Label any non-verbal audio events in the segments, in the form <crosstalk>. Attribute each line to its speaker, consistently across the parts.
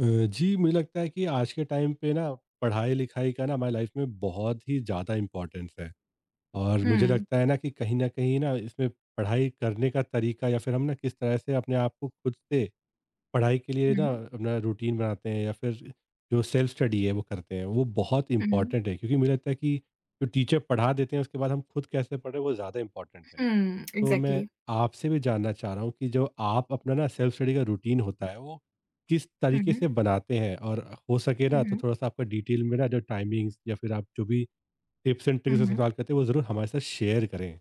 Speaker 1: जी, मुझे लगता है कि आज के टाइम पे ना पढ़ाई-लिखाई का ना हमारी लाइफ में बहुत ही ज़्यादा इम्पोर्टेंस है और मुझे
Speaker 2: Hmm.
Speaker 1: लगता है ना कि कहीं न कहीं ना इसमें पढ़ाई करने का तरीका या फिर हम ना किस तरह से अपने आप को खुद से पढ़ाई के लिए ना
Speaker 2: Hmm.
Speaker 1: अपना रूटीन बनाते हैं या फिर जो सेल्फ स्टडी है वो करते हैं, वो बहुत
Speaker 2: Hmm.
Speaker 1: इम्पोर्टेंट है क्योंकि मुझे लगता है कि जो टीचर पढ़ा देते हैं उसके बाद हम खुद कैसे पढ़ें वो ज़्यादा इम्पोर्टेंट है।
Speaker 2: Hmm.
Speaker 1: तो मैं
Speaker 2: Exactly.
Speaker 1: आपसे भी जानना चाह रहा हूँ कि जो आप अपना ना सेल्फ स्टडी का रूटीन होता है वो किस तरीके
Speaker 2: Hmm.
Speaker 1: से बनाते हैं और हो सके ना तो
Speaker 2: Hmm.
Speaker 1: थोड़ा सा आपका डिटेल में ना जो टाइमिंग्स या फिर आप जो भी टिप्स एंड ट्रिक्स
Speaker 2: Hmm.
Speaker 1: इस्तेमाल करते हैं वो ज़रूर हमारे साथ शेयर करें।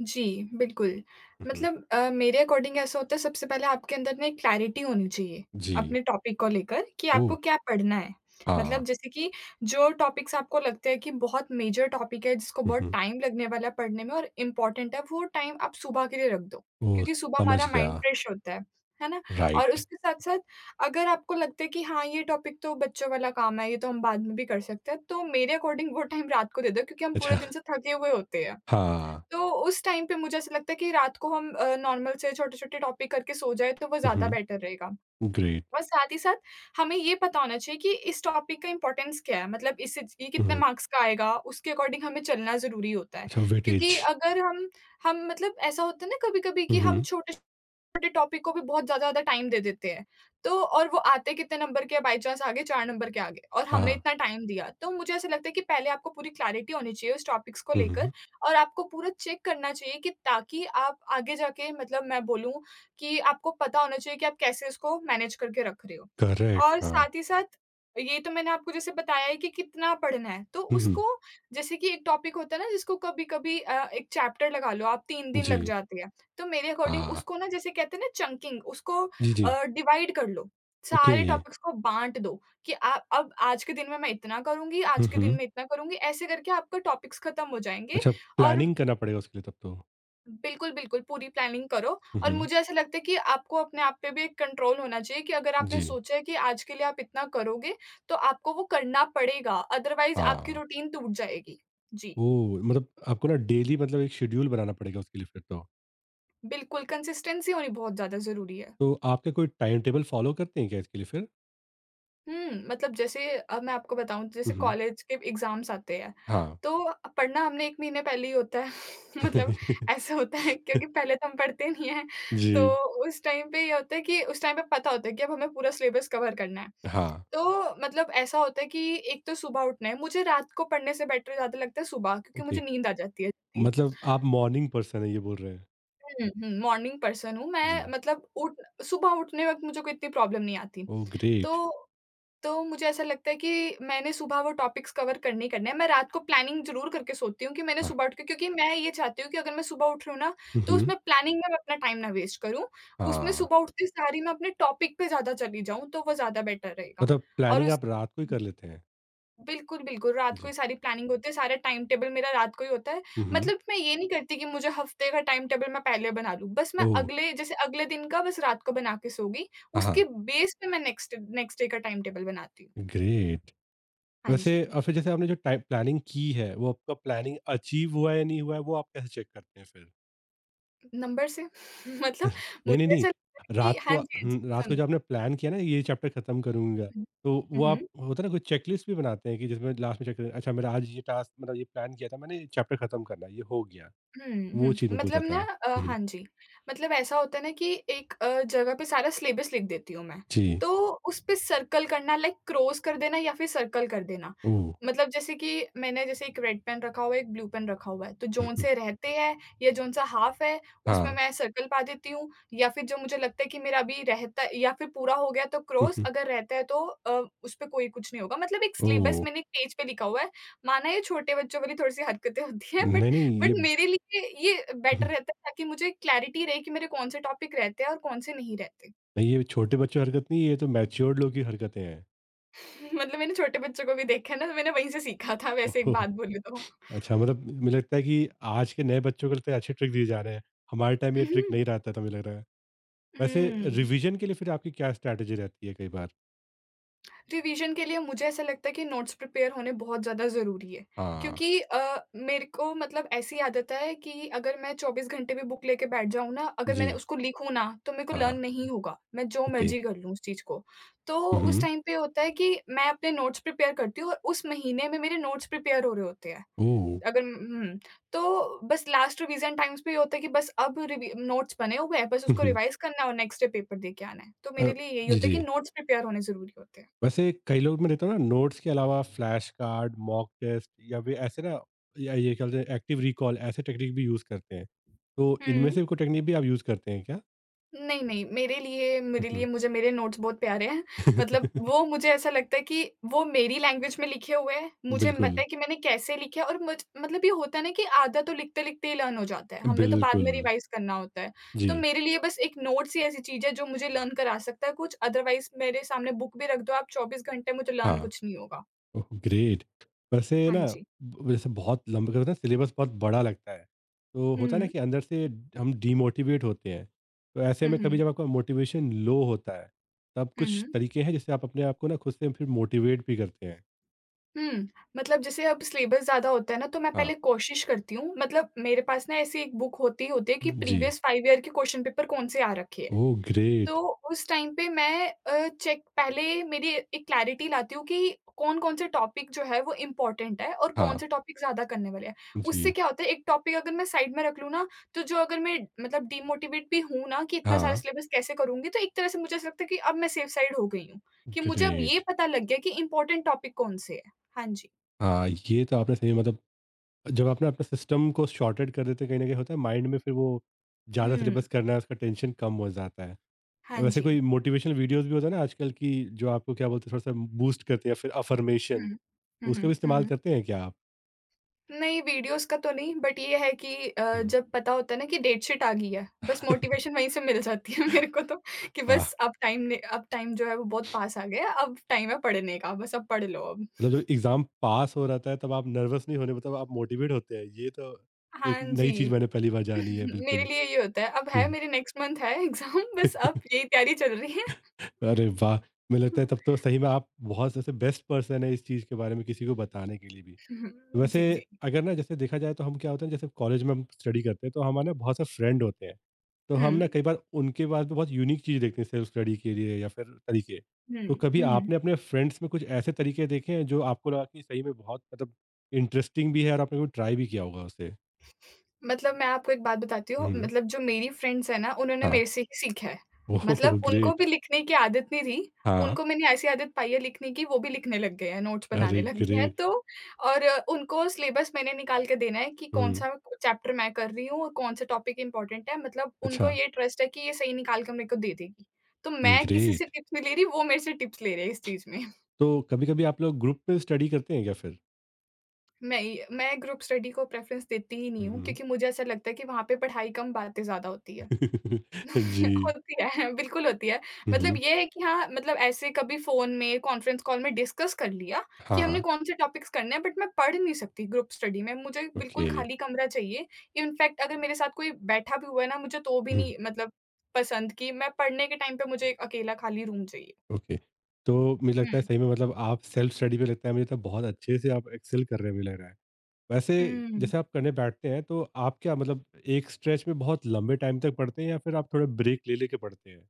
Speaker 2: जी, बिल्कुल।
Speaker 1: हम्म,
Speaker 2: मतलब मेरे अकॉर्डिंग ऐसा होता है सबसे पहले आपके अंदर ना एक क्लैरिटी होनी चाहिए,
Speaker 1: जी।
Speaker 2: अपने टॉपिक को लेकर कि
Speaker 1: ओ
Speaker 2: आपको क्या पढ़ना है।
Speaker 1: हाँ।
Speaker 2: मतलब जैसे कि जो टॉपिक्स आपको लगते हैं कि बहुत मेजर टॉपिक है जिसको बहुत
Speaker 1: हम्म,
Speaker 2: टाइम लगने वाला है पढ़ने में और इम्पोर्टेंट है, वो टाइम आप सुबह के लिए रख दो,
Speaker 1: ओ
Speaker 2: क्योंकि सुबह
Speaker 1: समझ
Speaker 2: हमारा
Speaker 1: गया।
Speaker 2: माइंड फ्रेश होता है ना? और
Speaker 1: राइट।
Speaker 2: उसके साथ-साथ अगर आपको लगता है कि हाँ, ये टॉपिक तो बच्चों वाला काम है, ये तो हम बाद में भी कर सकते हैं, तो मेरे अकॉर्डिंग वो टाइम रात को दे दो क्योंकि हम पूरे
Speaker 1: अच्छा
Speaker 2: दिन से थके हुए होते हैं।
Speaker 1: हाँ।
Speaker 2: तो उस टाइम पे मुझे ऐसा लगता है कि रात को हम नॉर्मल से छोटे-छोटे टॉपिक करके सो जाएँ तो वो ज़्यादा
Speaker 1: हम्म,
Speaker 2: बेटर रहेगा।
Speaker 1: ग्रेट।
Speaker 2: और साथ ही साथ हमें ये पता होना चाहिए कि इस टॉपिक का इम्पोर्टेंस क्या है? मतलब इससे ये कितने
Speaker 1: हम्म,
Speaker 2: मार्क्स का आएगा, उसके अकॉर्डिंग हमें चलना ज़रूरी होता है।
Speaker 1: अच्छा
Speaker 2: क्योंकि
Speaker 1: वेटेज।
Speaker 2: अगर हम मतलब ऐसा होता है ना कभी-कभी कि हम
Speaker 1: हम्म,
Speaker 2: छोटे छोटे टॉपिक को भी बहुत ज़्यादा ज़्यादा टाइम दे देते हैं। तो और वो आते कितने नंबर के हैं बाय चांस आगे 4 नंबर के आगे और हमने
Speaker 1: हाँ।
Speaker 2: इतना टाइम दिया। तो मुझे ऐसा लगता है कि पहले आपको पूरी क्लैरिटी होनी चाहिए उस टॉपिक्स को
Speaker 1: हम्म,
Speaker 2: लेकर और आपको पूरा चेक करना चाहिए कि ताकि आप आगे जाके मतलब मैं बोलूँ कि आपको पता होना चाहिए कि आप कैसे उसको मैनेज करके रख रहे हो।
Speaker 1: करेक्ट
Speaker 2: और
Speaker 1: हाँ।
Speaker 2: साथ ही साथ ये तो मैंने आपको जैसे बताया है कि कितना पढ़ना है। तो
Speaker 1: हम्म,
Speaker 2: उसको जैसे कि एक टॉपिक होता है ना जिसको कभी-कभी 1 चैप्टर लगा लो आप 3 दिन लग
Speaker 1: जी।
Speaker 2: जाते हैं। तो मेरे अकॉर्डिंग
Speaker 1: हाँ।
Speaker 2: उसको ना जैसे कहते हैं ना चंकिंग उसको
Speaker 1: जी जी।
Speaker 2: डिवाइड कर लो।
Speaker 1: ओके।
Speaker 2: सारे टॉपिक्स को बाँट दो कि आ अब आज के दिन में मैं इतना करूँगी, आज के दिन में इतना करूँगी, ऐसे करके आपका टॉपिक्स खत्म हो जाएँगे
Speaker 1: अच्छा,
Speaker 2: और
Speaker 1: प्लानिंग करना पड़ेगा उसके लिए तब तो।
Speaker 2: बिल्कुल, बिल्कुल पूरी प्लानिंग करो
Speaker 1: हुँ,
Speaker 2: और
Speaker 1: हुँ।
Speaker 2: मुझे ऐसा लगता है कि आपको अपने आप पे भी एक कंट्रोल होना चाहिए कि अगर आपने
Speaker 1: जी,
Speaker 2: सोचा है कि आज के लिए आप इतना करोगे, तो आपको वो करना पड़ेगा, अदरवाइज़ आपकी
Speaker 1: हाँ।
Speaker 2: रूटीन टूट जाएगी। जी,
Speaker 1: ओह! मतलब आपको ना डेली मतलब एक शेड्यूल बनाना पड़ेगा उसके लिए फिर तो।
Speaker 2: बिल्कुल कंसिस्टेंसी होनी बहुत ज़्यादा ज़रूरी है।
Speaker 1: तो आपका कोई टाइम टेबल फ़ॉलो करते हैं क्या इसके लिए फिर?
Speaker 2: हुँ, मतलब जैसे अब मैं आपको बताऊँ
Speaker 1: हुँ,
Speaker 2: जैसे
Speaker 1: हुँ।
Speaker 2: कॉलेज के एग्ज़ाम्स आते हैं,
Speaker 1: हाँ।
Speaker 2: तो पढ़ना हमने 1 महीने पहले ही होता है <laughs> मतलब
Speaker 1: <laughs>
Speaker 2: ऐसा होता है क्योंकि पहले तो हम पढ़ते नहीं हैं,
Speaker 1: जी,
Speaker 2: तो उस टाइम पे ये होता है कि उस टाइम पे पता होता है कि अब हमें पूरा सिलेबस कवर करना है।
Speaker 1: हाँ।
Speaker 2: तो मतलब ऐसा होता है कि एक तो सुबह उठना है, मुझे रात को पढ़ने से बेटर ज़्यादा लगता है सुबह क्योंकि
Speaker 1: ओके,
Speaker 2: मुझे नींद आ जाती है जल्दी।
Speaker 1: मतलब आप मॉर्निंग पर्सन हैं ये बोल रहे हैं?
Speaker 2: हुँ, हुँ, मॉर्निंग पर्सन हूँ मैं
Speaker 1: जी।
Speaker 2: मतलब उठ सुबह उठने वक़्त मुझे कोई इतनी प्रॉब्लम नहीं आती।
Speaker 1: Oh great!
Speaker 2: तो तो मुझे ऐसा लगता है कि मैंने सुबह वो टॉपिक्स कवर करने ही करने हैं। मैं रात को प्लानिंग ज़रूर करके सोती हूँ कि मैंने
Speaker 1: हाँ।
Speaker 2: सुबह उठ के क्योंकि मैं ये चाहती हूँ कि अगर मैं सुबह उठ रही हूँ ना,
Speaker 1: हुँ,
Speaker 2: तो
Speaker 1: हुँ।
Speaker 2: उसमें प्लानिंग में मैं अपना टाइम ना वेस्ट करूँ। उसमें
Speaker 1: हाँ,
Speaker 2: सुबह उठते सार ही मैं अपने टॉपिक पे ज़्यादा चली जाऊँ, तो वो ज़्यादा बेटर रहेगा।
Speaker 1: मतलब
Speaker 2: और
Speaker 1: प्लानिंग
Speaker 2: उस
Speaker 1: आप रात को ही कर लेते हैं?
Speaker 2: बिल्कुल, बिल्कुल, रात को
Speaker 1: जी।
Speaker 2: ही सारी प्लानिंग होती है, सारा टाइम टेबल मेरा रात को ही होता है।
Speaker 1: हुँ, हुँ।
Speaker 2: मतलब मैं ये नहीं करती कि मुझे हफ़्ते का टाइम टेबल मैं पहले बना लूँ। बस मैं
Speaker 1: ओह!
Speaker 2: अगले जैसे अगले दिन का बस रात को बना के सो गई,
Speaker 1: हाँ, हाँ।
Speaker 2: उसके बेस पे मैं नेक्स्ट नेक्स्ट डे का टाइम टेबल बनाती हूँ।
Speaker 1: ग्रेट!
Speaker 2: हाँ
Speaker 1: वैसे
Speaker 2: जी,
Speaker 1: और फिर जैसे आपने जो टाइम प्लानिंग की है, वो आपका प्लानिंग अचीव हुआ है या नहीं हुआ है, वो आप कैसे चेक करते हैं फिर?
Speaker 2: नंबर से <laughs> मतलब
Speaker 1: नहीं, नहीं,
Speaker 2: मुझे
Speaker 1: नहीं,
Speaker 2: ऐसा लगता है कि
Speaker 1: रात
Speaker 2: हाँ
Speaker 1: को
Speaker 2: जी, हाँ जी,
Speaker 1: हुँ, रात को
Speaker 2: समझ
Speaker 1: जो आपने
Speaker 2: गई।
Speaker 1: प्लान किया ना ये चैप्टर खत्म करूँगा, तो
Speaker 2: हुँ,
Speaker 1: वो आप
Speaker 2: हुँ,
Speaker 1: होता है ना कोई चेकलिस्ट भी बनाते हैं कि जिसमें लास्ट में चेक करें, अच्छा मेरा आज ये टास्क मतलब ये प्लान किया था मैंने ये चैप्टर खत्म करना है, ये हो गया।
Speaker 2: हुँ,
Speaker 1: वो चीज़
Speaker 2: हुँ।
Speaker 1: मैं पूछ रहा
Speaker 2: मतलब ना
Speaker 1: था। हुँ,
Speaker 2: हाँ जी, मतलब ऐसा होता है ना कि एक जगह पे सारा सिलेबस लिख देती हूँ मैं,
Speaker 1: जी।
Speaker 2: तो उस पे सर्कल करना लाइक क्रॉस कर देना या फिर सर्कल कर देना।
Speaker 1: ओह!
Speaker 2: मतलब जैसे कि मैंने जैसे एक रेड पेन रखा हुआ है, एक ब्लू पेन रखा हुआ है, तो जोन से
Speaker 1: <laughs>
Speaker 2: रहते हैं या जोन-सा हाफ है, उसमें
Speaker 1: हाँ।
Speaker 2: मैं सर्कल पा देती हूँ या फिर जो मुझे लगता है कि मेरा अभी रहता या फिर पूरा हो गया तो क्रॉस, अगर रहता है तो उस पे कोई कुछ नहीं होगा। मतलब एक सिलेबस
Speaker 1: ओह!
Speaker 2: मैंने एक पेज पे लिखा हुआ है, माना ये छोटे बच्चों वाली थोड़ी-सी हरकतें होती हैं
Speaker 1: नहीं,
Speaker 2: बट
Speaker 1: नहीं, ये <laughs>
Speaker 2: मेरे लिए ये बेटर
Speaker 1: हम्म,
Speaker 2: रहता है ताकि मुझे क्लैरिटी रहे कि मेरे कौन से टॉपिक रहते हैं और कौन से नहीं रहते।
Speaker 1: नहीं, ये छोटे बच्चों की हरकत नहीं है, ये तो मैच्योर्ड लोग की हरकतें हैं।
Speaker 2: <laughs> मतलब मैंने छोटे बच्चों को भी देखा है ना तो मैंने वहीं से सीखा था
Speaker 1: <laughs>
Speaker 2: वैसे एक
Speaker 1: ओह!
Speaker 2: बात बोलूँ तो।
Speaker 1: अच्छा, मतलब मुझे लगता है कि आज के नए बच्चों को लगता है अच्छे ट्रिक दिए जा रहे हैं। हमारे टाइम ये ट्रिक
Speaker 2: हुँ,
Speaker 1: नहीं रहता था, मुझे लग रहा है। वैसे
Speaker 2: हुँ।
Speaker 1: रिविज़न के लिए फिर आपकी क्या स्ट्रैटेजी रहती है कई बार?
Speaker 2: रिवीजन के लिए मुझे ऐसा लगता है कि नोट्स प्रिपेयर होने बहुत ज़्यादा ज़रूरी है
Speaker 1: हाँ।
Speaker 2: क्योंकि मेरे को मतलब ऐसी आदत है कि अगर मैं 24 घंटे भी बुक लेके बैठ जाऊँ ना, अगर
Speaker 1: जी।
Speaker 2: मैंने उसको लिखूँ ना, तो मेरे को
Speaker 1: हाँ।
Speaker 2: लर्न नहीं होगा। मैं जो
Speaker 1: ओके।
Speaker 2: मर्ज़ी कर लूँ उस चीज़ को। तो
Speaker 1: हुँ,
Speaker 2: उस
Speaker 1: हुँ।
Speaker 2: टाइम पे होता है कि मैं अपने नोट्स प्रिपेयर करती हूँ और उस महीने में मेरे नोट्स प्रिपेयर हो रहे होते हैं।
Speaker 1: ओह!
Speaker 2: अगर हुँ, तो बस लास्ट रिवीजन टाइम्स पे ये होता है कि बस अब रिवी नोट्स बने हुए हैं, बस
Speaker 1: हुँ,
Speaker 2: उसको
Speaker 1: हुँ।
Speaker 2: रिवाइज़ करना है और नेक्स्ट डे पेपर दे के आना है। तो
Speaker 1: अ,
Speaker 2: मेरे लिए यही
Speaker 1: जी,
Speaker 2: होता है
Speaker 1: जी।
Speaker 2: कि नोट्स प्रिपेयर होने ज़रूरी होते हैं।
Speaker 1: वैसे कई लोग मैं देखता हूँ ना नोट्स के अलावा फ्लैश कार्ड, मॉक टेस्ट या फिर ऐसे ना या ये क्या बोलते हैं एक्टिव रिकॉल ऐसे टेक्निक भी यूज़ करते हैं। तो इनमें
Speaker 2: हुँ।
Speaker 1: से कोई टेक्निक भी आप यूज़ करते हैं क्या?
Speaker 2: नहीं, नहीं, मेरे लिए
Speaker 1: हुँ,
Speaker 2: मेरे
Speaker 1: हुँ।
Speaker 2: लिए मुझे मेरे नोट्स बहुत प्यारे हैं। मतलब वो
Speaker 1: <laughs>
Speaker 2: मुझे ऐसा लगता है कि वो मेरी लैंग्वेज में लिखे हुए हैं, मुझे
Speaker 1: बिल्कुल।
Speaker 2: पता है कि मैंने कैसे लिखे हैं और मुझ मतलब ये होता है ना कि आधा तो लिखते-लिखते ही लर्न हो जाता है,
Speaker 1: बिल्कुल,
Speaker 2: हमने तो बाद में
Speaker 1: बिल्कुल।
Speaker 2: रिवाइज़ करना होता है। तो
Speaker 1: जी।
Speaker 2: मेरे लिए बस एक नोट्स ही ऐसी चीज़ है जो मुझे लर्न करा सकता है कुछ, अदरवाइज़ मेरे सामने बुक भी रख दो आप 24 घंटे मुझे लर्न कुछ नहीं होगा।
Speaker 1: Oh, great! वैसे
Speaker 2: हाँ
Speaker 1: ना
Speaker 2: जी।
Speaker 1: ब वैसे बहुत लंबा क्या होता है सिलेबस बहुत बड़ा लगता है। तो
Speaker 2: हुँ,
Speaker 1: होता है ना
Speaker 2: हुँ।
Speaker 1: कि अंदर से हम डीमोटिवेट होते हैं। तो ऐसे
Speaker 2: हुँ,
Speaker 1: में कभी
Speaker 2: हुँ।
Speaker 1: जब आपका मोटिवेशन लो होता है, तब
Speaker 2: हुँ,
Speaker 1: कुछ
Speaker 2: हुँ।
Speaker 1: तरीके हैं जिससे आप अपने आप को ना खुद से फिर मोटिवेट भी करते हैं?
Speaker 2: हुँ, मतलब जैसे अब सिलेबस ज़्यादा होता है ना, तो मैं
Speaker 1: हाँ।
Speaker 2: पहले कोशिश करती हूँ मतलब मेरे पास ना ऐसी एक बुक होती होती है कि
Speaker 1: हुँ। जी।
Speaker 2: प्रीवियस 5 ईयर के क्वेश्चन पेपर कौन से आ रखे हैं।
Speaker 1: ओह,
Speaker 2: तो
Speaker 1: ग्रेट!
Speaker 2: उस टाइम पे मैं चेक पहले मेरी एक क्लैरिटी लाती हूँ कि कौन-कौन से टॉपिक जो है वो इम्पोर्टेंट है और कौन
Speaker 1: हाँ।
Speaker 2: से टॉपिक ज़्यादा करने वाले हैं। उससे
Speaker 1: जी।
Speaker 2: क्या होता है एक टॉपिक अगर मैं साइड में रख लूँ ना, तो जो अगर मैं मतलब डिमोटिवेट भी हूँ ना कि इतना सारा
Speaker 1: हाँ,
Speaker 2: सिलेबस कैसे करूँगी, तो एक तरह से मुझे ऐसा लगता है कि अब मैं सेफ साइड हो गई हूँ, कि मुझे अब ये
Speaker 1: ग्रेट!
Speaker 2: पता लग गया कि इम्पोर्टेंट टॉपिक कौन से हैं। हाँ जी।
Speaker 1: हाँ, ये तो आपने सही मतलब जब आप ना अपने सिस्टम को सॉर्टेड कर देते हैं कहीं न कहीं होता है माइंड में फिर वो ज़्यादा
Speaker 2: हुँ।
Speaker 1: सिलेबस करना है उसका टेंशन कम हो जाता है।
Speaker 2: हाँ
Speaker 1: वैसे
Speaker 2: जी।
Speaker 1: कोई मोटिवेशनल वीडियोस भी होता है ना आजकल की जो आपको क्या बोलते हैं थोड़ा सा बूस्ट करते हैं या फिर अफर्मेशन
Speaker 2: हुँ। हुँ, हुँ,
Speaker 1: उसका भी
Speaker 2: हुँ,
Speaker 1: इस्तेमाल
Speaker 2: हुँ।
Speaker 1: करते हैं क्या आप।
Speaker 2: नहीं वीडियोज़ का तो नहीं बट ये है कि
Speaker 1: हम्म।
Speaker 2: जब पता होता है ना कि डेट शीट आ गई है, बस मोटिवेशन
Speaker 1: <laughs>
Speaker 2: वहीं से मिल जाती है <laughs> मेरे को तो कि
Speaker 1: वाह।
Speaker 2: बस अब टाइम ने अब टाइम जो है वो बहुत पास आ गया है, अब टाइम है पढ़ने का, बस अब पढ़ लो अब।
Speaker 1: मतलब जब एग्जाम पास हो रहा है तब आप नर्वस नहीं होने मतलब आप मोटिवेट होते हैं ये तो एक
Speaker 2: हाँ
Speaker 1: नई
Speaker 2: जी।
Speaker 1: चीज मैंने पहली बार
Speaker 2: <laughs>
Speaker 1: जानी है
Speaker 2: मेरे
Speaker 1: बिल्कुल।
Speaker 2: लिए ये होता है, अब है
Speaker 1: हम्म।
Speaker 2: मेरे नेक्स्ट मंथ है एग्ज़ाम बस अब यही तैयारी चल रही है।
Speaker 1: अरे वाह। मुझे लगता है तब तो
Speaker 2: <laughs>
Speaker 1: सही में आप बहुत ऐसे बेस्ट पर्सन है इस चीज के बारे में किसी को बताने के लिए भी।
Speaker 2: हुँ,
Speaker 1: वैसे
Speaker 2: जी, जी।
Speaker 1: अगर ना जैसे देखा जाए तो हम क्या होते हैं जैसे कॉलेज में हम स्टडी करते हैं तो हमारे ना बहुत से फ्रेंड होते हैं तो
Speaker 2: हुँ।
Speaker 1: हम ना कई बार उनके पास भी बहुत यूनिक चीज़ देखते हैं सेल्फ स्टडी के लिए या फिर तरीके।
Speaker 2: हुँ,
Speaker 1: तो कभी
Speaker 2: हुँ, हुँ।
Speaker 1: आपने अपने फ्रेंड्स में कुछ ऐसे तरीके देखे हैं जो आपको लगा कि सही में बहुत मतलब इंटरेस्टिंग भी है और आपने कभी ट्राई भी किया होगा उसे।
Speaker 2: मतलब मैं आपको एक बात बताती हूँ,
Speaker 1: हम्म
Speaker 2: मतलब जो मेरी फ्रेंड्स हैं ना, उन्होंने
Speaker 1: हाँ।
Speaker 2: मेरे से ही सीखा है।
Speaker 1: ओह
Speaker 2: मतलब उनको
Speaker 1: ग्रेट।
Speaker 2: भी लिखने की आदत नहीं थी,
Speaker 1: हाँ।
Speaker 2: उनको मैंने ऐसी आदत पाई है लिखने की, वो भी लिखने लग गए हैं, नोट्स
Speaker 1: अरे
Speaker 2: बनाने लग गए हैं।
Speaker 1: ग्रेट।
Speaker 2: तो और उनको सिलेबस मैंने निकाल के देना है कि
Speaker 1: हम्म।
Speaker 2: कौन-सा चैप्टर मैं कर रही हूँ और कौन-सा टॉपिक इम्पोर्टेंट है। मतलब
Speaker 1: अच्छा।
Speaker 2: उनको ये ट्रस्ट है कि ये सही निकाल के मेरे को दे देगी। तो मैं किसी से
Speaker 1: ग्रेट।
Speaker 2: टिप्स नहीं ले रही, वो मेरे से टिप्स ले रहे हैं इस चीज़ में। <laughs>
Speaker 1: तो कभी कभी आप लोग ग्रुप में स्टडी करते हैं क्या फिर।
Speaker 2: मैं ग्रुप स्टडी को प्रेफ़रेंस देती ही नहीं हूँ,
Speaker 1: हम्म।
Speaker 2: क्योंकि मुझे ऐसा लगता है कि वहाँ पे पढ़ाई कम, बातें ज़्यादा होती है।
Speaker 1: <laughs> जी।
Speaker 2: <laughs> होती है, बिल्कुल होती है। मतलब
Speaker 1: हम्म।
Speaker 2: ये है कि हाँ, मतलब ऐसे कभी फ़ोन में, कॉन्फ्रेंस कॉल में डिस्कस कर लिया कि
Speaker 1: हाँ
Speaker 2: हमने
Speaker 1: हाँ।
Speaker 2: कौन से टॉपिक्स करने हैं बट मैं पढ़ नहीं सकती ग्रुप स्टडी में, मुझे
Speaker 1: ओके।
Speaker 2: बिल्कुल
Speaker 1: <laughs>
Speaker 2: खाली कमरा चाहिए। इनफैक्ट अगर मेरे साथ कोई बैठा भी हुआ है ना, मुझे तो भी
Speaker 1: हुँ,
Speaker 2: नहीं मतलब पसंद कि मैं पढ़ने के टाइम पे मुझे एक अकेला खाली रूम चाहिए।
Speaker 1: ओके। तो मुझे लगता
Speaker 2: हुँ।
Speaker 1: है सही में मतलब आप सेल्फ स्टडी पे लगता है मुझे तो बहुत अच्छे से आप एक्सेल कर रहे हैं मुझे लग रहा है। वैसे
Speaker 2: हुँ।
Speaker 1: जैसे आप करने बैठते हैं तो आप क्या मतलब एक स्ट्रेच में बहुत लंबे टाइम तक पढ़ते हैं या फिर आप थोड़ा ब्रेक ले लेके पढ़ते हैं?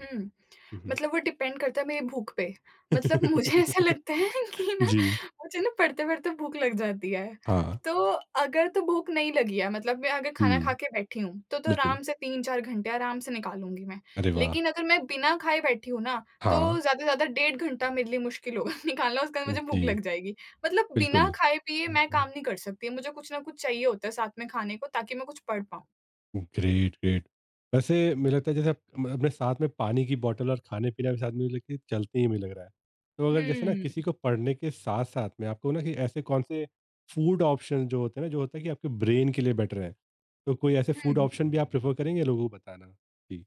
Speaker 2: हुँ।
Speaker 1: हुँ, हुँ।
Speaker 2: मतलब वो डिपेंड करता है मेरी भूख पे। मतलब मुझे ऐसा
Speaker 1: <laughs>
Speaker 2: लगता है <laughs> कि ना
Speaker 1: जी,
Speaker 2: मुझे ना पढ़ते-पढ़ते भूख लग जाती है।
Speaker 1: हाँ।
Speaker 2: तो अगर तो भूख नहीं लगी है मतलब मैं अगर खाना खा
Speaker 1: हुँ,
Speaker 2: के बैठी हूँ, तो
Speaker 1: बिल्कुल।
Speaker 2: आराम से 3-4 घंटे आराम से निकालूँगी मैं।
Speaker 1: अरे वाह!
Speaker 2: लेकिन अगर मैं बिना खाए बैठी हूँ ना,
Speaker 1: हाँ,
Speaker 2: तो ज़्यादा से ज़्यादा डेढ़ घंटा मेरे लिए मुश्किल होगा <laughs> निकालना। उसके बाद मुझे भूख
Speaker 1: जी,
Speaker 2: लग जाएगी। मतलब बिना
Speaker 1: बिल्कुल।
Speaker 2: खाए-पिए मैं काम नहीं कर सकती, मुझे कुछ ना कुछ चाहिए होता है साथ में खाने को ताकि मैं कुछ पढ़ पाऊँ।
Speaker 1: Great, great. वैसे मुझे लगता है जैसे आप म अपने साथ में पानी की बॉटल और खाने-पीने के साथ मुझे लगता है चलती ही मुझे लग रहा है। तो अगर जैसे ना किसी
Speaker 2: हुँ।
Speaker 1: को पढ़ने के साथ-साथ में आपको ना कि ऐसे कौन से फूड ऑप्शन जो होते हैं ना, जो होता है कि आपके ब्रेन के लिए बेटर है। तो कोई ऐसे फूड
Speaker 2: हुँ।
Speaker 1: ऑप्शन भी आप प्रेफ़र करेंगे लोगों को बताना? जी।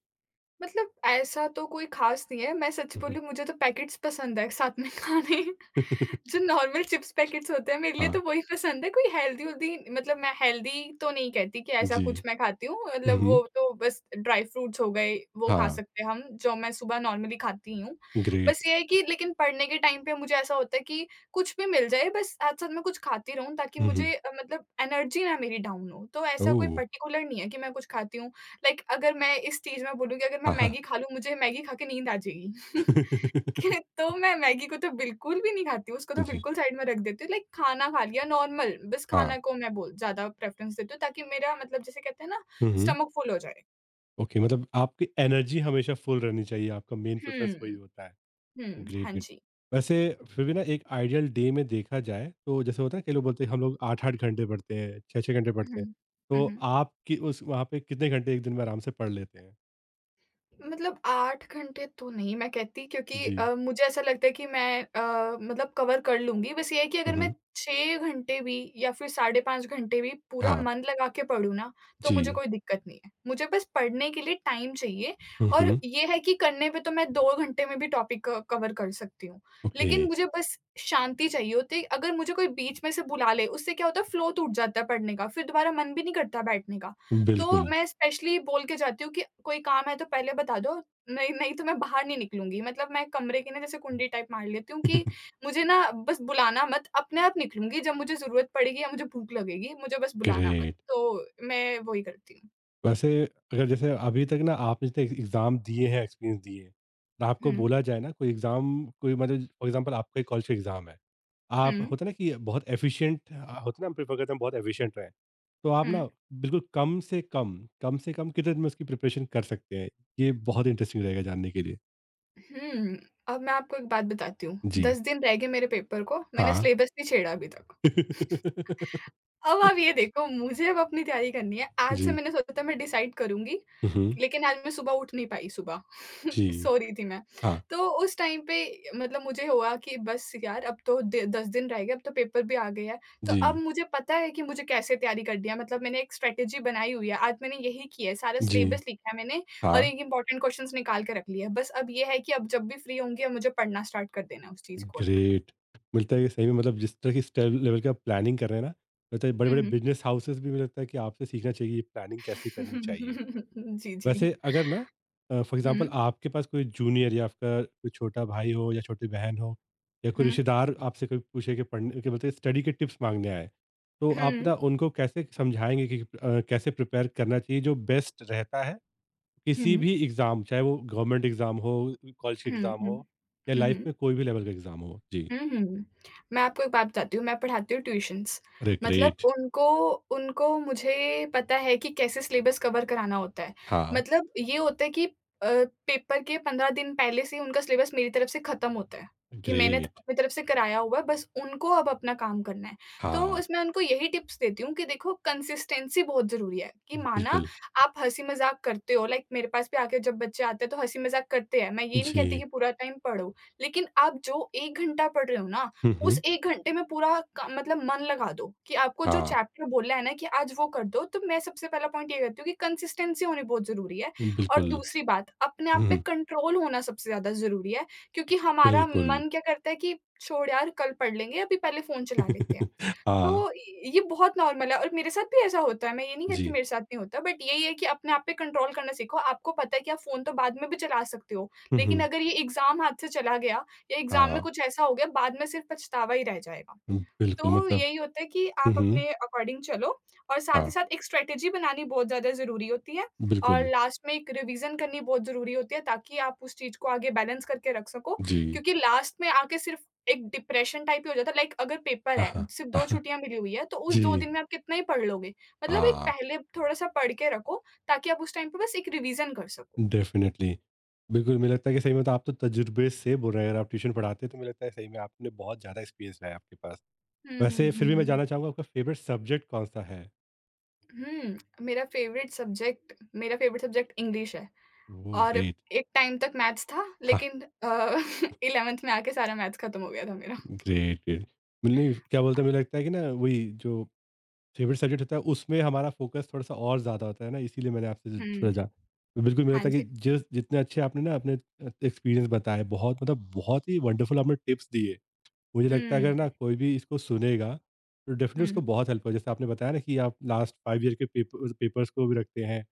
Speaker 2: मतलब ऐसा तो कोई ख़ास नहीं है, मैं सच
Speaker 1: हुँ, हुँ।
Speaker 2: बोलूँ मुझे तो पैकेट्स पसंद है साथ में खाने।
Speaker 1: <laughs>
Speaker 2: जो नॉर्मल चिप्स पैकेट्स होते हैं, मेरे लिए
Speaker 1: हाँ,
Speaker 2: तो वही पसंद है, कोई हेल्दी-वेल्दी मतलब मैं हेल्दी तो नहीं कहती कि ऐसा
Speaker 1: जी।
Speaker 2: कुछ मैं खाती हूँ,
Speaker 1: हुँ,
Speaker 2: मतलब
Speaker 1: हुँ।
Speaker 2: वो तो बस ड्राई फ्रूट्स हो गए, वो खा
Speaker 1: हाँ,
Speaker 2: सकते हैं हम, जो मैं सुबह नॉर्मली खाती ही हूँ। बस
Speaker 1: ग्रेट।
Speaker 2: ये है कि लेकिन पढ़ने के टाइम पे मुझे ऐसा होता है कि कुछ भी मिल जाए, बस साथ-साथ मैं कुछ खाती रहूँ ताकि
Speaker 1: हुँ, हुँ।
Speaker 2: मुझे मतलब एनर्जी ना मेरी डाउन हो। तो ऐसा कोई
Speaker 1: ओह!
Speaker 2: पर्टिकुलर नहीं है कि मैं कुछ खाती हूँ। लाइक अगर मैं इस चीज़ में बोलूँ कि अगर मैं
Speaker 1: हाँ,
Speaker 2: मैगी खा लूँ, मुझे मैगी खा के नींद आ जाएगी।
Speaker 1: <laughs>
Speaker 2: <laughs>
Speaker 1: हाँ।
Speaker 2: <laughs> तो मैं मैगी को तो बिल्कुल भी नहीं खाती हूँ, उसको तो
Speaker 1: जी,
Speaker 2: बिल्कुल साइड में रख देती हूँ, लाइक खाना खा लिया नॉर्मल, बस
Speaker 1: हाँ।
Speaker 2: खाना को मैं बोल ज़्यादा प्रेफ़रेंस देती हूँ ताकि मेरा मतलब जिसे कहते हैं ना
Speaker 1: हुँ, हुँ।
Speaker 2: स्टमक फुल हो जाए।
Speaker 1: ओके मतलब आपकी एनर्जी हमेशा फुल रहनी चाहिए, आपका मेन प्रेफ़रेंस वही
Speaker 2: हुँ,
Speaker 1: होता है।
Speaker 2: हुँ,
Speaker 1: ग्रेट,
Speaker 2: हाँ
Speaker 1: ग्रेट।
Speaker 2: जी।
Speaker 1: वैसे फिर भी ना एक आइडियल डे में देखा जाए तो जैसे होता है कई लोग बोलते हैं हम लोग 8-8 घंटे पढ़ते हैं, 6-6 घंटे
Speaker 2: हुँ,
Speaker 1: पढ़ते हैं।
Speaker 2: हुँ,
Speaker 1: तो
Speaker 2: हुँ।
Speaker 1: आपकी उस वहाँ पे कितने घंटे एक दिन में आराम से पढ़ लेते हैं?
Speaker 2: मतलब 8 घंटे तो नहीं मैं कहती क्योंकि
Speaker 1: जी।
Speaker 2: मुझे ऐसा लगता है कि मैं मतलब कवर कर लूँगी। बस ये है कि
Speaker 1: हुँ,
Speaker 2: अगर मैं
Speaker 1: हुँ।
Speaker 2: 6 घंटे भी या फिर साढ़े 5 घंटे भी पूरा
Speaker 1: हाँ।
Speaker 2: मन लगा के पढूँ ना, तो मुझे
Speaker 1: जी।
Speaker 2: कोई दिक्कत नहीं है। मुझे बस पढ़ने के लिए टाइम चाहिए
Speaker 1: हुँ,
Speaker 2: और
Speaker 1: हुँ।
Speaker 2: ये है कि करने पे तो मैं 2 घंटे में भी टॉपिक क कवर कर सकती हूँ।
Speaker 1: ओके।
Speaker 2: लेकिन मुझे बस शांति चाहिए होती है। अगर मुझे कोई बीच में से बुला ले, उससे क्या होता है फ्लो टूट जाता है पढ़ने का, फिर दोबारा मन भी नहीं करता बैठने का। तो
Speaker 1: बिल्कुल।
Speaker 2: मैं स्पेशली बोल के जाती हूँ कि कोई काम है तो पहले बता दो, नहीं नहीं तो मैं बाहर नहीं निकलूँगी। मतलब मैं कमरे की ना जैसे कुंडी टाइप मार लेती हूँ कि
Speaker 1: <laughs>
Speaker 2: मुझे ना बस बुलाना मत, अपने आप निकलूँगी जब मुझे ज़रूरत पड़ेगी या मुझे भूख लगेगी, मुझे बस बुलाना मत।
Speaker 1: ग्रेट।
Speaker 2: तो मैं वही करती हूँ।
Speaker 1: वैसे अगर जैसे अभी तक ना आपने जितने एग्ज़ाम दिए हैं, एक्सपीरियंस दिए हैं, और आपको
Speaker 2: हुँ,
Speaker 1: बोला जाए ना कोई एग्ज़ाम कोई मतलब फॉर एग्ज़ाम्पल आपका ही कॉलेज का एग्ज़ाम है।
Speaker 2: हुँ,
Speaker 1: आप होता है ना कि बहुत एफ़िशिएंट होता है ना हम प्रेफ़र करते हैं हम बहुत एफ़िशिएंट रहें। तो आप
Speaker 2: हुँ,
Speaker 1: ना बिल्कुल कम से कम कितने दिन में उसकी प्रिपरेशन कर सकते हैं? ये बहुत इंटरेस्टिंग रहेगा जानने के लिए।
Speaker 2: हुँ। अब मैं आपको एक बात बताती हूँ,
Speaker 1: जी,
Speaker 2: 10 दिन रह गए मेरे पेपर को, मैंने
Speaker 1: हाँ।
Speaker 2: सिलेबस नहीं छेड़ा अभी तक।
Speaker 1: <laughs>
Speaker 2: अब आप ये देखो, मुझे अब अपनी तैयारी करनी है। आज से
Speaker 1: जी।
Speaker 2: मैंने सोचा था मैं डिसाइड करूँगी,
Speaker 1: हुँ, हुँ।
Speaker 2: लेकिन आज मैं सुबह उठ नहीं पाई सुबह।
Speaker 1: जी,
Speaker 2: <laughs> सो रही थी मैं।
Speaker 1: हाँ।
Speaker 2: तो उस टाइम पे मतलब मुझे हुआ कि बस यार अब तो द 10 दिन रह गए, अब तो पेपर भी आ गया है। तो अब
Speaker 1: जी,
Speaker 2: मुझे पता है कि मुझे कैसे तैयारी करनी है। मतलब मैंने एक स्ट्रैटेजी बनाई हुई है। आज मैंने यही किया है, सारा
Speaker 1: जी,
Speaker 2: सिलेबस लिखा है मैंने और
Speaker 1: हाँ।
Speaker 2: एक इम्पोर्टेंट क्वेश्चंस निकाल के रख लिया है। बस अब ये है कि अब जब भी फ्री होंगी अब मुझे पढ़ना स्टार्ट कर देना है उस चीज़ को लेकर।
Speaker 1: ग्रेट! मिलता है कि सही में मतलब जिस तरह की स्टाइल लेवल का प्लानिंग कर रहे हैं ना, लगता है
Speaker 2: हुँ,
Speaker 1: बड़े-बड़े
Speaker 2: हुँ।
Speaker 1: बिज़नेस हाउसेस भी मुझे लगता है कि आपसे सीखना चाहिए, प्लानिंग कैसे करनी चाहिए।
Speaker 2: <laughs> जी, जी।
Speaker 1: वैसे अगर ना फॉर एग्ज़ाम्पल
Speaker 2: हुँ,
Speaker 1: आपके पास कोई जूनियर या आपका कोई छोटा भाई हो या छोटी बहन हो या कोई
Speaker 2: हुँ।
Speaker 1: रिश्तेदार आपसे कोई पूछे कि पढ़ने के मतलब स्टडी के टिप्स माँगने आए, तो आप ना
Speaker 2: Hmm.
Speaker 1: उनको कैसे समझाएँगे कि कैसे प्रिपेयर करना चाहिए जो बेस्ट रहता है किसी भी
Speaker 2: Hmm.
Speaker 1: एग्ज़ाम, चाहे वो गवर्नमेंट एग्ज़ाम हो, कॉलेज के
Speaker 2: Hmm.
Speaker 1: Exam
Speaker 2: Hmm.
Speaker 1: हो
Speaker 2: Hı
Speaker 1: या लाइफ़ में कोई भी लेवल का एग्ज़ाम हो? जी।
Speaker 2: हुँ। मैं आपको एक बात बताती हूँ, मैं पढ़ाती हूँ ट्यूशन्स।
Speaker 1: अरे
Speaker 2: मतलब
Speaker 1: ग्रेट!
Speaker 2: उनको उनको मुझे पता है कि कैसे सिलेबस कवर कराना होता है।
Speaker 1: हाँ।
Speaker 2: मतलब ये होता है कि अ, पेपर के 15 दिन पहले से ही उनका सिलेबस मेरी तरफ से ख़त्म होता है, कि मैंने त
Speaker 1: ग्रेट!
Speaker 2: अपनी तरफ से कराया हुआ है, बस उनको अब अपना काम करना है। तो
Speaker 1: हाँ।
Speaker 2: इसमें उनको यही टिप्स देती हूँ कि देखो कंसिस्टेंसी बहुत ज़रूरी है, कि माना
Speaker 1: बिल्कुल।
Speaker 2: आप हँसी-मज़ाक करते हो, लाइक मेरे पास भी आके जब बच्चे आते हैं तो हँसी-मज़ाक करते हैं। मैं ये नहीं कहती
Speaker 1: जी।
Speaker 2: कि पूरा टाइम पढ़ो, लेकिन आप जो 1 घंटा पढ़ रहे हो ना,
Speaker 1: हुँ,
Speaker 2: उस
Speaker 1: हुँ।
Speaker 2: 1 घंटे में पूरा क मतलब मन लगा दो कि आपको जो
Speaker 1: हाँ।
Speaker 2: चैप्टर बोला है ना कि आज वो कर दो, तो मैं सबसे पहला पॉइंट ये कहती हूँ कि कंसिस्टेंसी होनी बहुत ज़रूरी है। और
Speaker 1: बिल्कुल।
Speaker 2: दूसरी बात, अपने आप पे
Speaker 1: हुँ,
Speaker 2: कंट्रोल होना सबसे ज़्यादा ज़रूरी है, क्योंकि हमारा
Speaker 1: बिल्कुल।
Speaker 2: मन क्या करता है कि छोड़ यार कल पढ़ लेंगे, अभी पहले फ़ोन चला लेते हैं।
Speaker 1: <laughs>
Speaker 2: तो
Speaker 1: हाँ।
Speaker 2: य ये बहुत नॉर्मल है और मेरे साथ भी ऐसा होता है, मैं ये नहीं कहती
Speaker 1: जी।
Speaker 2: मेरे साथ नहीं होता, बट यही है कि अपने आप पे कंट्रोल करना सीखो। आपको पता है कि आप फ़ोन तो बाद में भी चला सकते हो,
Speaker 1: हुँ,
Speaker 2: लेकिन
Speaker 1: हुँ।
Speaker 2: अगर ये एग्ज़ाम हाथ से चला गया या एग्ज़ाम में
Speaker 1: हाँ।
Speaker 2: कुछ ऐसा हो गया, बाद में सिर्फ़ पछतावा ही रह जाएगा।
Speaker 1: बिल्कुल
Speaker 2: तो
Speaker 1: मतलब
Speaker 2: यही होता है कि आप
Speaker 1: हुँ, हुँ।
Speaker 2: अपने अकॉर्डिंग चलो और साथ
Speaker 1: हाँ।
Speaker 2: ही साथ एक स्ट्रेटेजी बनानी बहुत ज़्यादा ज़रूरी होती है और
Speaker 1: बिल्कुल।
Speaker 2: लास्ट में एक रिवीजन करनी बहुत ज़रूरी होती है ताकि आप उस चीज़ को आगे बैलेंस करके रख सको
Speaker 1: जी।
Speaker 2: क्योंकि लास्ट में आके सिर्फ एक डिप्रेशन टाइप ही हो जाता है। लाइक अगर पेपर
Speaker 1: हाँ,
Speaker 2: है
Speaker 1: हाँ।
Speaker 2: सिर्फ 2
Speaker 1: हाँ,
Speaker 2: छुट्टियाँ मिली हुई है तो उस 2
Speaker 1: जी।
Speaker 2: दिन में आप कितना ही पढ़ लोगे? मतलब एक
Speaker 1: हाँ।
Speaker 2: पहले थोड़ा-सा पढ़ के रखो ताकि आप उस टाइम पे बस एक रिवीजन कर सको।
Speaker 1: डेफ़िनिटली। बिल्कुल, मुझे लगता है कि सही में तो आप तो तजुर्बे से बोल रहे हैं अगर आप ट्यूशन पढ़ाते हैं तो मुझे लगता है सही में आपने बहुत ज़्यादा एक्सपीरियंस है आपके पास।
Speaker 2: हुँ, हुँ,
Speaker 1: वैसे
Speaker 2: हुँ,
Speaker 1: फिर भी
Speaker 2: हुँ,
Speaker 1: मैं
Speaker 2: हुँ।
Speaker 1: जानना चाहूँगा आपका फ़ेवरेट सब्जेक्ट कौन-सा है?
Speaker 2: हुँ, मेरा फ़ेवरेट सब्जेक्ट इंग्लिश है।
Speaker 1: ओह
Speaker 2: और
Speaker 1: ग्रेट!
Speaker 2: एक टाइम तक मैथ्स था लेकिन 11th <laughs> में आके सारा मैथ्स खत्म हो गया था मेरा।
Speaker 1: Great, great. नहीं, क्या बोलते हैं मुझे लगता है कि ना वही जो फेवरेट सब्जेक्ट होता है उसमें हमारा फोकस थोड़ा-सा और ज़्यादा होता है ना इसीलिए मैंने आपसे ज थोड़ा
Speaker 2: हुँ,
Speaker 1: जा। तो बिल्कुल मुझे
Speaker 2: हाँ
Speaker 1: लगता है कि
Speaker 2: जी।
Speaker 1: जिस जितने अच्छे आपने ना अपने एक्सपीरियंस बताए बहुत मतलब बहुत ही वंडरफुल आपने टिप्स दिए। मुझे लगता है अगर ना
Speaker 2: हुँ,
Speaker 1: कोई भी इसको सुनेगा तो डेफ़िनेटली उसको
Speaker 2: हुँ,
Speaker 1: बहुत हेल्प हो जैसे आपने बताया ना कि आप लास्ट 5 ईयर के पेपर्स को भी रखते हैं,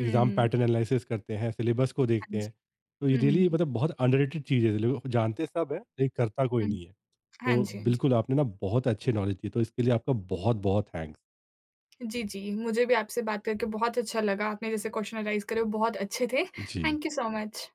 Speaker 1: एग्ज़ाम पैटर्न एनालिसिस करते हैं, सिलेबस को देखते
Speaker 2: हाँ जी।
Speaker 1: हैं। तो ये
Speaker 2: हुँ, हुँ,
Speaker 1: रियली
Speaker 2: हुँ,
Speaker 1: मतलब बहुत अंडररेटेड चीज़ है, लोग जानते सब है लेकिन करता कोई
Speaker 2: हुँ।
Speaker 1: नहीं है।
Speaker 2: हाँ
Speaker 1: तो
Speaker 2: जी, हाँ जी।
Speaker 1: बिल्कुल आपने ना बहुत अच्छे नॉलेज दी, तो इसके लिए आपका बहुत-बहुत थैंक्स।
Speaker 2: जी, जी, मुझे भी आपसे बात करके बहुत अच्छा लगा। आपने जैसे क्वेश्चन एनालाइज़ करे वो बहुत अच्छे थे।
Speaker 1: जी।
Speaker 2: Thank you so much.